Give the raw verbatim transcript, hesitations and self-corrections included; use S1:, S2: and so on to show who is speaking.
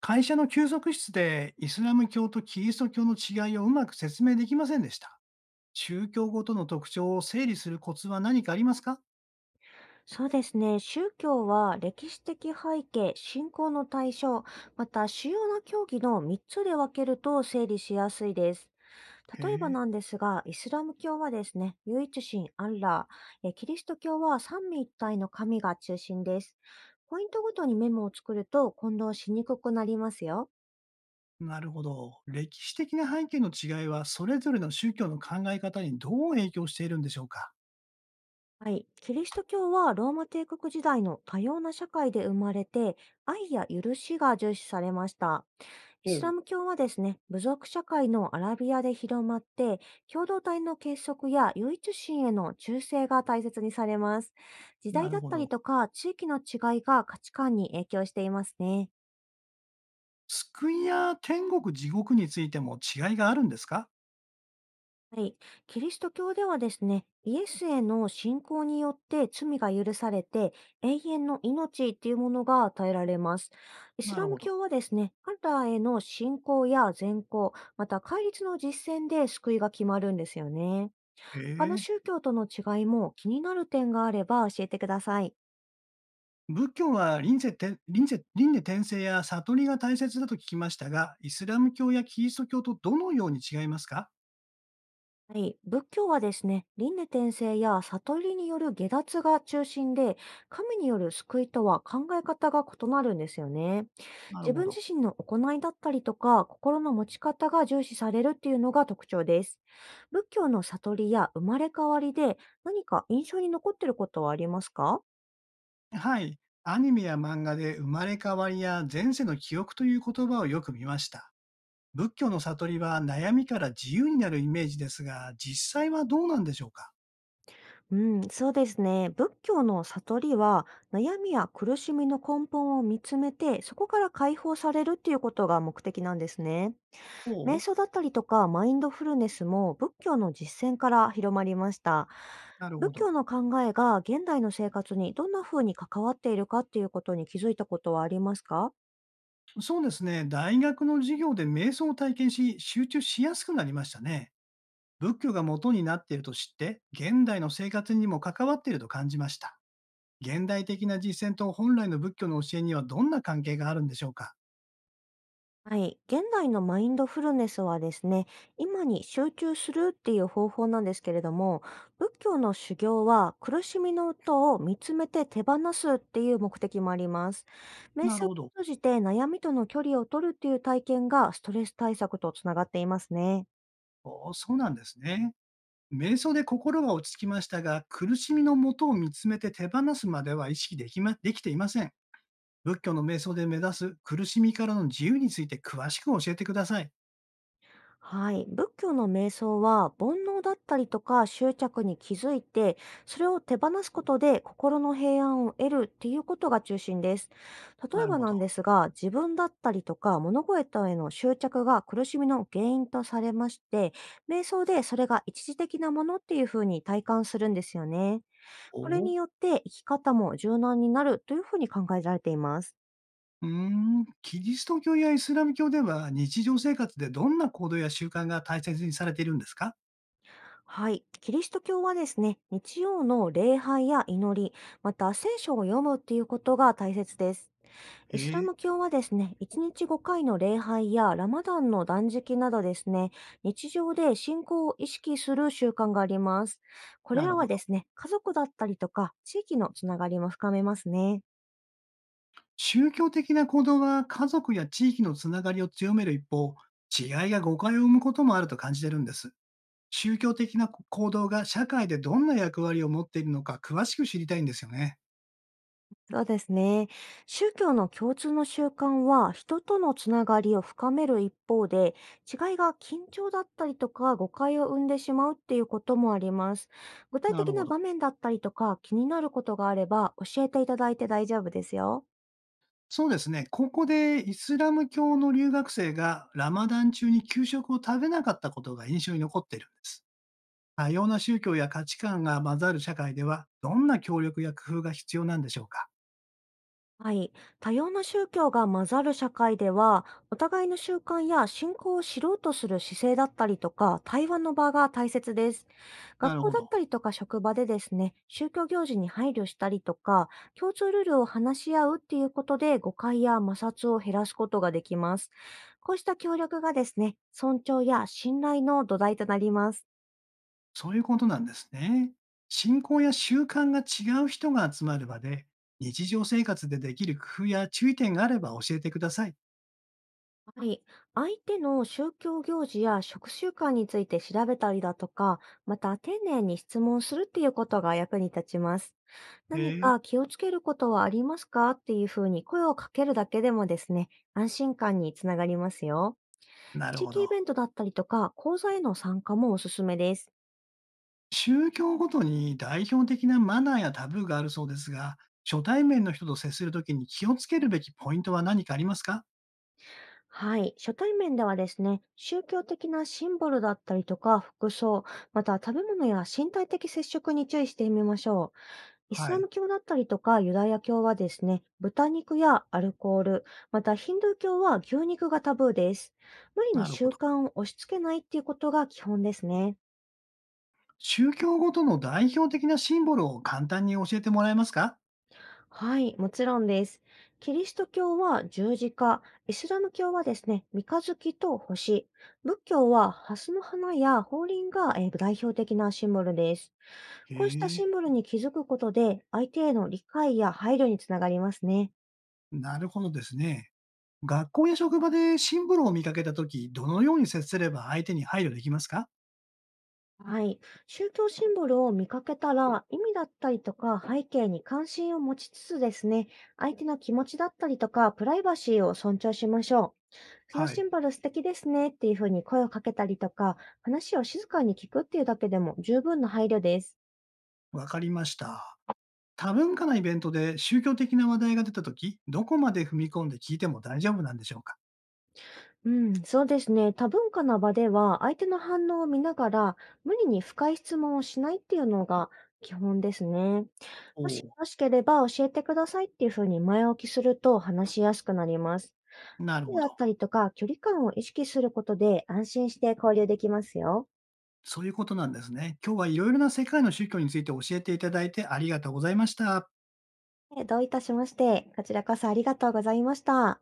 S1: 会社の休息室でイスラム教とキリスト教の違いをうまく説明できませんでした。宗教ごとの特徴を整理するコツは何かありますか？
S2: そうですね。宗教は歴史的背景、信仰の対象、また主要な教義のみっつで分けると整理しやすいです。
S1: へ
S2: 例えば
S1: え。
S2: なんですが、イスラム教はですね、唯一神アンラー、えキリスト教は三位一体の神が中心です。ポイントごとにメモを作ると混同しにくくなりますよ。
S1: なるほど。歴史的な背景の違いは、それぞれの宗教の考え方にどう影響しているんでしょうか？
S2: はい。キリスト教はローマ帝国時代の多様な社会で生まれて、愛や許しが重視されました。イ
S1: お
S2: ス
S1: う。
S2: ラム教はですね、部族社会のアラビアで広まって、共同体の結束や唯一心への忠誠が大切にされます。時
S1: な
S2: 代
S1: る
S2: だっ
S1: ほ
S2: たり
S1: ど。
S2: とか、地域の違いが価値観に影響していますね。
S1: 救いや天国、地獄についても違いがあるんですか？
S2: はい。キリスト教ではですね、イエスへの信仰によって罪が許されて、永遠の命っていうものが与えられます。イス
S1: な
S2: ラ
S1: るほ
S2: ム
S1: ど。
S2: 教はですね、アラーへの信仰や善行、また戒律の実践で救いが決まるんですよね。
S1: へ
S2: 他の
S1: え。
S2: 宗教との違いも気になる点があれば教えてください。
S1: 仏教は輪廻転輪廻輪廻転生や悟りが大切だと聞きましたが、イスラム教やキリスト教とどのように違いますか？
S2: はい、仏教はですね、輪廻転生や悟りによる下脱が中心で、神による救いとは考え方が異なるんですよね。
S1: なる
S2: 自
S1: ほ
S2: 分自
S1: ど。
S2: 身の行いだったりとか、心の持ち方が重視されるっていうのが特徴です。仏教の悟りや生まれ変わりで何か印象に残ってることはありますか？
S1: はい。アニメや漫画で生まれ変わりや前世の記憶という言葉をよく見ました。仏教の悟りは悩みから自由になるイメージですが、実際はどうなんでしょうか？
S2: うん、そうですね。仏教の悟りは、悩みや苦しみの根本を見つめて、そこから解放されるっていうことが目的なんですね。
S1: お
S2: 瞑
S1: う。
S2: 想だったりとか、マインドフルネスも仏教の実践から広まりました。
S1: なるほ
S2: 仏教
S1: ど。
S2: の考えが現代の生活にどんな風に関わっているかっていうことに気づいたことはありますか？
S1: そうですね。大学の授業で瞑想を体験し、集中しやすくなりましたね。仏教が元になっていると知って、現代の生活にも関わっていると感じました。現代的な実践と本来の仏教の教えにはどんな関係があるんでしょうか？
S2: はい。現代のマインドフルネスはですね、今に集中するっていう方法なんですけれども、仏教の修行は苦しみの音を見つめて手放すっていう目的もあります。瞑
S1: なる
S2: 想を
S1: ほど。
S2: 通じて悩みとの距離を取るっていう体験がストレス対策とつながっていますね。
S1: お、そうなんですね。瞑想で心は落ち着きましたが、苦しみの元を見つめて手放すまでは意識でき,、ま、できていません。仏教の瞑想で目指す苦しみからの自由について詳しく教えてください。
S2: はい。仏教の瞑想は、煩悩だったりとか執着に気づいて、それを手放すことで心の平安を得るっていうことが中心です。例
S1: な
S2: え
S1: る
S2: ば
S1: ほ
S2: な
S1: ど。
S2: んですが、自分だったりとか物事への執着が苦しみの原因とされまして、瞑想でそれが一時的なものっていうふうに体感するんですよね。
S1: お
S2: これに
S1: お。
S2: よって生き方も柔軟になるというふうに考えられています。
S1: うーん、キリスト教やイスラム教では日常生活でどんな行動や習慣が大切にされているんですか？
S2: はい。キリスト教はですね、日曜の礼拝や祈り、また聖書を読むっていうことが大切です。イス
S1: へ
S2: ラ
S1: え、
S2: ム教はですね、いちにちごかいの礼拝やラマダンの断食などですね、日常で信仰を意識する習慣があります。これ
S1: なる
S2: らは
S1: ほど。
S2: ですね、家族だったりとか地域のつながりも深めますね。
S1: 宗教的な行動は家族や地域のつながりを強める一方、違いが誤解を生むこともあると感じてるんです。宗教的な行動が社会でどんな役割を持っているのか詳しく知りたいんですよね。
S2: そうですね。宗教の共通の習慣は人とのつながりを深める一方で、違いが緊張だったりとか誤解を生んでしまうっていうこともあります。具体
S1: なる
S2: 的
S1: ほ
S2: な
S1: ど。
S2: 場面だったりとか気になることがあれば教えていただいて大丈夫ですよ。
S1: そうですね。ここでイスラム教の留学生がラマダン中に給食を食べなかったことが印象に残っているんです。多様な宗教や価値観が混ざる社会では、どんな協力や工夫が必要なんでしょうか？
S2: はい。多様な宗教が混ざる社会では、お互いの習慣や信仰を知ろうとする姿勢だったりとか、対話の場が大切です。
S1: な
S2: 学
S1: る
S2: 校
S1: ほ
S2: だっ
S1: ど。
S2: たりとか職場でですね、宗教行事に配慮したりとか、共通ルールを話し合うっていうことで誤解や摩擦を減らすことができます。こうした協力がですね、尊重や信頼の土台となります。
S1: そういうことなんですね。信仰や習慣が違う人が集まる場で、日常生活でできる工夫や注意点があれば教えてください。
S2: はい。相手の宗教行事や食習慣について調べたりだとか、また丁寧に質問するっていうことが役に立ちます。
S1: へ
S2: 何
S1: え、
S2: か気をつけることはありますかっていうふうに声をかけるだけでもですね、安心感につながりますよ。
S1: なる
S2: 地
S1: ほ
S2: 域イ
S1: ど。
S2: ベントだったりとか、講座への参加もおすすめです。
S1: 宗教ごとに代表的なマナーやタブーがあるそうですが、初対面の人と接するときに気をつけるべきポイントは何かありますか？
S2: はい。初対面ではですね、宗教的なシンボルだったりとか、服装、また食べ物や身体的接触に注意してみましょう。イス
S1: は
S2: ラ
S1: い。
S2: ム教だったりとかユダヤ教はですね、豚肉やアルコール、またヒンドゥー教は牛肉がタブーです。無理に
S1: なるほ
S2: 習
S1: ど。
S2: 慣を押し付けないっていうことが基本ですね。
S1: 宗教ごとの代表的なシンボルを簡単に教えてもらえますか？
S2: はい、もちろんです。キリスト教は十字架、イスラム教はですね、三日月と星、仏教は蓮の花や法輪が、えー代表的なシンボルです。
S1: へ
S2: こうしたシ
S1: え、
S2: ンボルに気づくことで、相手への理解や配慮につながりますね。
S1: なるほどですね。学校や職場でシンボルを見かけたとき、どのように接すれば相手に配慮できますか？
S2: はい。宗教シンボルを見かけたら、意味だったりとか背景に関心を持ちつつですね、相手の気持ちだったりとか、プライバシーを尊重しましょう。その
S1: は
S2: シ
S1: い。
S2: ンボル素敵ですねっていうふうに声をかけたりとか、話を静かに聞くっていうだけでも十分な配慮です。
S1: わかりました。多文化なイベントで宗教的な話題が出たとき、どこまで踏み込んで聞いても大丈夫なんでしょうか？
S2: うん、そうですね。多文化な場では、相手の反応を見ながら、無理に深い質問をしないっていうのが基本ですね。
S1: お
S2: もしよ
S1: お、
S2: ろしければ教えてくださいっていうふうに前置きすると話しやすくなります。
S1: なる
S2: 距
S1: ほ
S2: 離だっ
S1: ど。
S2: たりとか、距離感を意識することで安心して交流できますよ。
S1: そういうことなんですね。今日はいろいろな世界の宗教について教えていただいてありがとうございました。
S2: えどういたしまして、こちらこそありがとうございました。